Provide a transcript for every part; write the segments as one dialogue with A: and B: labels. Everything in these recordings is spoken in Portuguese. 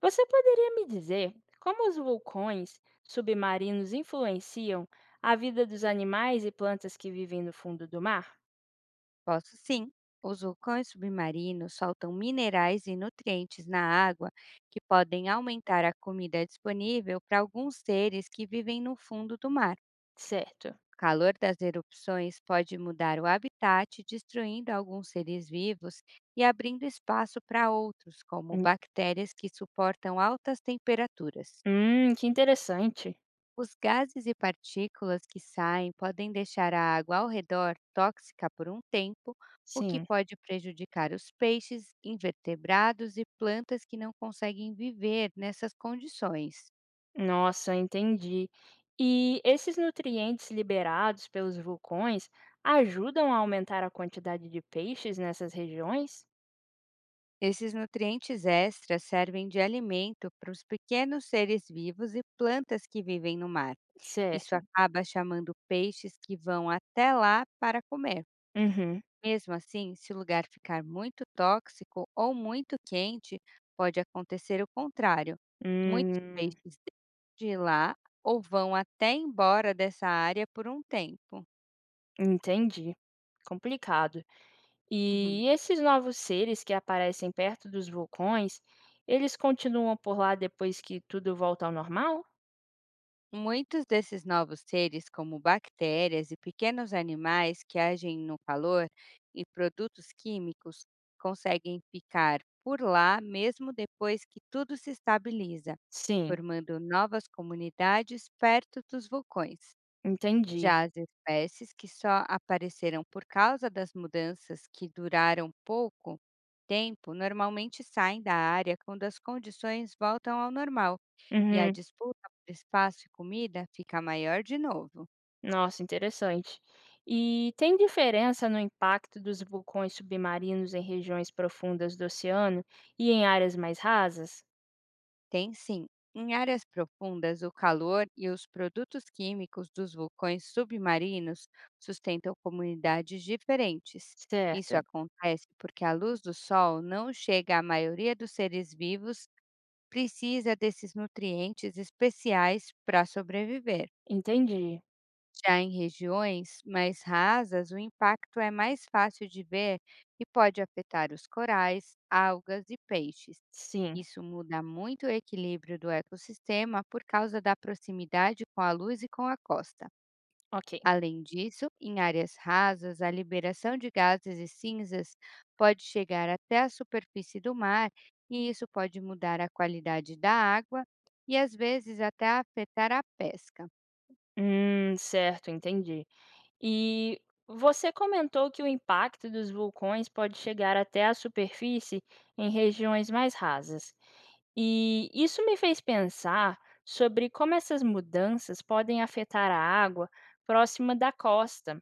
A: Você poderia me dizer como os vulcões submarinos influenciam a vida dos animais e plantas que vivem no fundo do mar?
B: Posso sim. Os vulcões submarinos soltam minerais e nutrientes na água que podem aumentar a comida disponível para alguns seres que vivem no fundo do mar.
A: Certo.
B: O calor das erupções pode mudar o habitat, destruindo alguns seres vivos e abrindo espaço para outros, como
A: Hum,
B: bactérias que suportam altas temperaturas.
A: que interessante.
B: Os gases e partículas que saem podem deixar a água ao redor tóxica por um tempo, o que
A: Sim.
B: pode prejudicar os peixes, invertebrados e plantas que não conseguem viver nessas condições.
A: Nossa, entendi. E esses nutrientes liberados pelos vulcões ajudam a aumentar a quantidade de peixes nessas regiões?
B: Esses nutrientes extras servem de alimento para os pequenos seres vivos e plantas que vivem no mar. Isso
A: Certo.
B: acaba chamando peixes que vão até lá para comer.
A: Uhum.
B: Mesmo assim, se o lugar ficar muito tóxico ou muito quente, pode acontecer o contrário. Muitos
A: Hum,
B: peixes de lá ou vão até embora dessa área por um tempo.
A: entendi. Complicado.
B: Uhum.
A: E esses novos seres que aparecem perto dos vulcões, eles continuam por lá depois que tudo volta ao normal?
B: Muitos desses novos seres, como bactérias e pequenos animais que agem no calor e produtos químicos, conseguem ficar por lá mesmo depois que tudo se estabiliza,
A: Sim,
B: formando novas comunidades perto dos vulcões.
A: entendi.
B: Já as espécies que só apareceram por causa das mudanças que duraram pouco tempo normalmente saem da área quando as condições voltam ao normal, e a
A: Uhum.
B: disputa por espaço e comida fica maior de novo.
A: Nossa, interessante. E tem diferença no impacto dos vulcões submarinos em regiões profundas do oceano e em áreas mais rasas?
B: Tem sim. Em áreas profundas, o calor e os produtos químicos dos vulcões submarinos sustentam comunidades diferentes.
A: Certo,
B: Isso acontece porque a luz do sol não chega à maioria dos seres vivos, precisa desses nutrientes especiais para sobreviver.
A: entendi.
B: Já em regiões mais rasas, o impacto é mais fácil de ver e pode afetar os corais, algas e peixes.
A: Sim,
B: Isso muda muito o equilíbrio do ecossistema por causa da proximidade com a luz e com a costa.
A: ok.
B: Além disso, em áreas rasas, a liberação de gases e cinzas pode chegar até a superfície do mar, e isso pode mudar a qualidade da água e às vezes até afetar a pesca.
A: Certo, entendi. E você comentou que o impacto dos vulcões pode chegar até a superfície em regiões mais rasas. E isso me fez pensar sobre como essas mudanças podem afetar a água próxima da costa.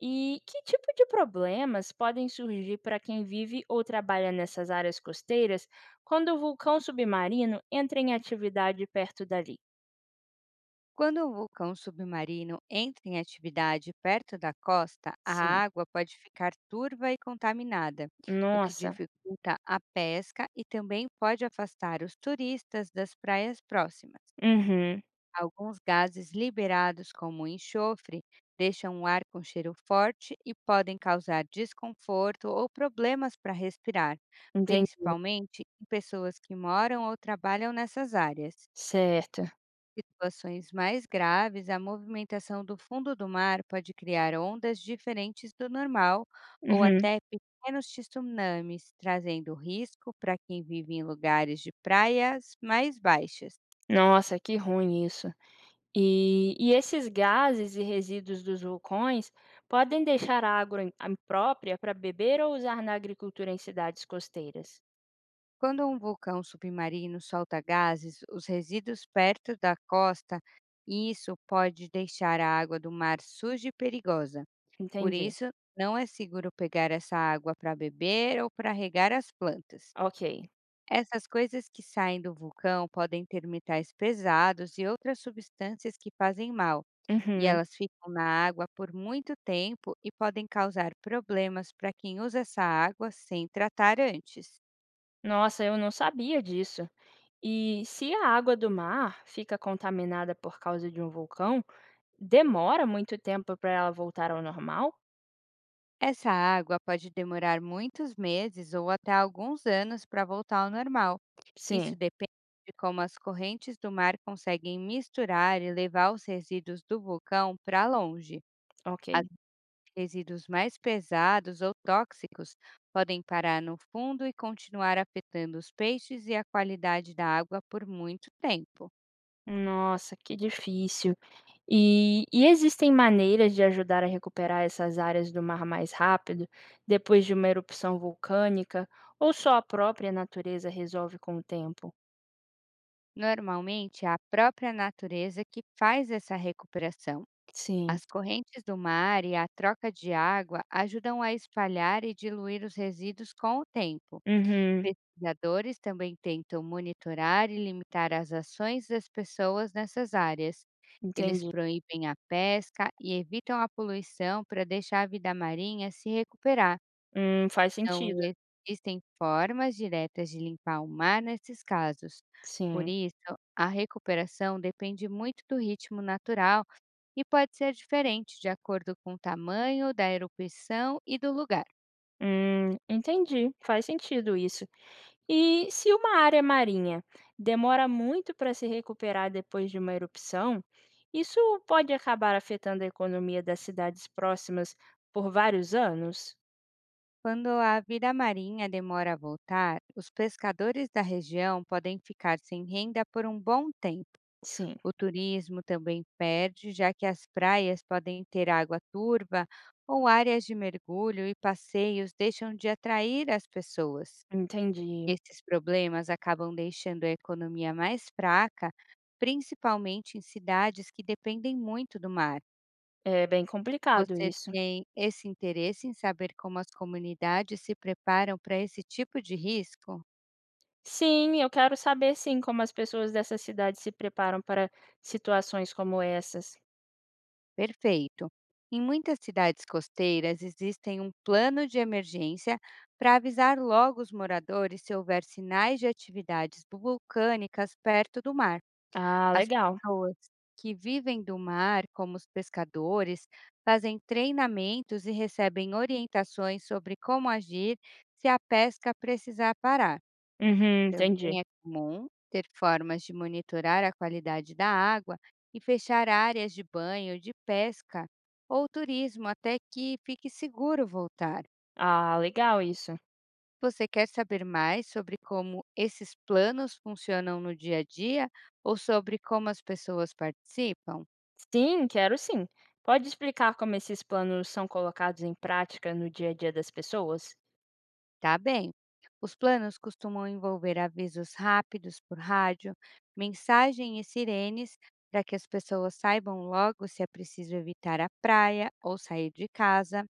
A: E que tipo de problemas podem surgir para quem vive ou trabalha nessas áreas costeiras quando o vulcão submarino entra em atividade perto dali?
B: Quando um vulcão submarino entra em atividade perto da costa, a
A: Sim.
B: água pode ficar turva e contaminada, o que
A: Nossa.
B: dificulta a pesca e também pode afastar os turistas das praias próximas.
A: Uhum.
B: Alguns gases liberados, como o enxofre, deixam o ar com cheiro forte e podem causar desconforto ou problemas para respirar,
A: Entendi.
B: principalmente em pessoas que moram ou trabalham nessas áreas.
A: Certo.
B: Em situações mais graves, a movimentação do fundo do mar pode criar ondas diferentes do normal ou
A: Uhum.
B: até pequenos tsunamis, trazendo risco para quem vive em lugares de praias mais baixas.
A: Nossa, que ruim isso. E esses gases e resíduos dos vulcões podem deixar a água im imprópria para beber ou usar na agricultura em cidades costeiras.
B: Quando um vulcão submarino solta gases, os resíduos perto da costa, e isso pode deixar a água do mar suja e perigosa. Por
A: Entendi.
B: isso, não é seguro pegar essa água para beber ou para regar as plantas.
A: Ok.
B: Essas coisas que saem do vulcão podem ter metais pesados e outras substâncias que fazem mal, e
A: Uhum.
B: elas ficam na água por muito tempo e podem causar problemas para quem usa essa água sem tratar antes.
A: Nossa, eu não sabia disso. E se a água do mar fica contaminada por causa de um vulcão, demora muito tempo para ela voltar ao normal?
B: Essa água pode demorar muitos meses ou até alguns anos para voltar ao normal. Isso
A: Sim,
B: depende de como as correntes do mar conseguem misturar e levar os resíduos do vulcão para longe. As-
A: ok.
B: Resíduos mais pesados ou tóxicos podem parar no fundo e continuar afetando os peixes e a qualidade da água por muito tempo.
A: Nossa, que difícil. E existem maneiras de ajudar a recuperar essas áreas do mar mais rápido, depois de uma erupção vulcânica, ou só a própria natureza resolve com o tempo?
B: Normalmente, é a própria natureza que faz essa recuperação.
A: Sim.
B: As correntes do mar e a troca de água ajudam a espalhar e diluir os resíduos com o tempo.
A: Uhum,
B: Pesquisadores também tentam monitorar e limitar as ações das pessoas nessas áreas. Eles
A: entendi.
B: proíbem a pesca e evitam a poluição para deixar a vida marinha se recuperar.
A: Faz
B: Não
A: sentido.
B: existem formas diretas de limpar o mar nesses casos. Por
A: Sim.
B: isso, a recuperação depende muito do ritmo natural e pode ser diferente de acordo com o tamanho da erupção e do lugar.
A: Entendi, faz sentido isso. E se uma área marinha demora muito para se recuperar depois de uma erupção, isso pode acabar afetando a economia das cidades próximas por vários anos?
B: Quando a vida marinha demora a voltar, os pescadores da região podem ficar sem renda por um bom tempo.
A: Sim,
B: O turismo também perde, já que as praias podem ter água turva ou áreas de mergulho e passeios deixam de atrair as pessoas.
A: entendi.
B: Esses problemas acabam deixando a economia mais fraca, principalmente em cidades que dependem muito do mar.
A: É bem complicado
B: Você
A: isso.
B: tem esse interesse em saber como as comunidades se preparam para esse tipo de risco?
A: Sim, eu quero saber sim como as pessoas dessa cidade se preparam para situações como essas.
B: Perfeito! Em muitas cidades costeiras existem um plano de emergência para avisar logo os moradores se houver sinais de atividades vulcânicas perto do mar.
A: Ah,
B: As
A: legal.
B: pessoas que vivem do mar, como os pescadores, fazem treinamentos e recebem orientações sobre como agir se a pesca precisar parar.
A: Uhum,
B: Também
A: entendi.
B: é comum ter formas de monitorar a qualidade da água e fechar áreas de banho, de pesca ou turismo até que fique seguro voltar.
A: Ah, legal isso.
B: Você quer saber mais sobre como esses planos funcionam no dia a dia ou sobre como as pessoas participam?
A: Sim, quero sim. Pode explicar como esses planos são colocados em prática no dia a dia das pessoas?
B: Tá bem. Os planos costumam envolver avisos rápidos por rádio, mensagem e sirenes para que as pessoas saibam logo se é preciso evitar a praia ou sair de casa.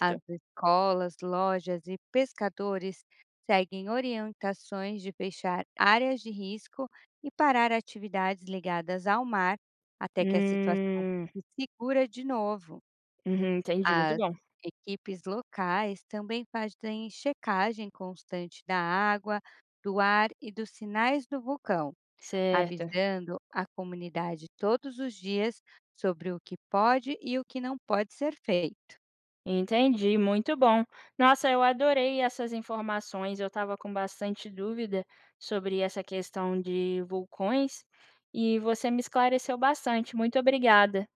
B: As escolas, lojas e pescadores seguem orientações de fechar áreas de risco e parar atividades ligadas ao mar até que a situação
A: Hum,
B: fique segura de novo.
A: uhum, entendi, muito
B: As
A: bom.
B: equipes locais também fazem checagem constante da água, do ar e dos sinais do vulcão,
A: Certo.
B: avisando a comunidade todos os dias sobre o que pode e o que não pode ser feito.
A: Entendi, muito bom. Nossa, eu adorei essas informações. Eu estava com bastante dúvida sobre essa questão de vulcões e você me esclareceu bastante. Muito obrigada.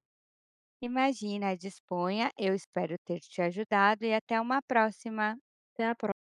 B: Imagina, disponha, eu espero ter te ajudado e até uma próxima!
A: Até a próxima.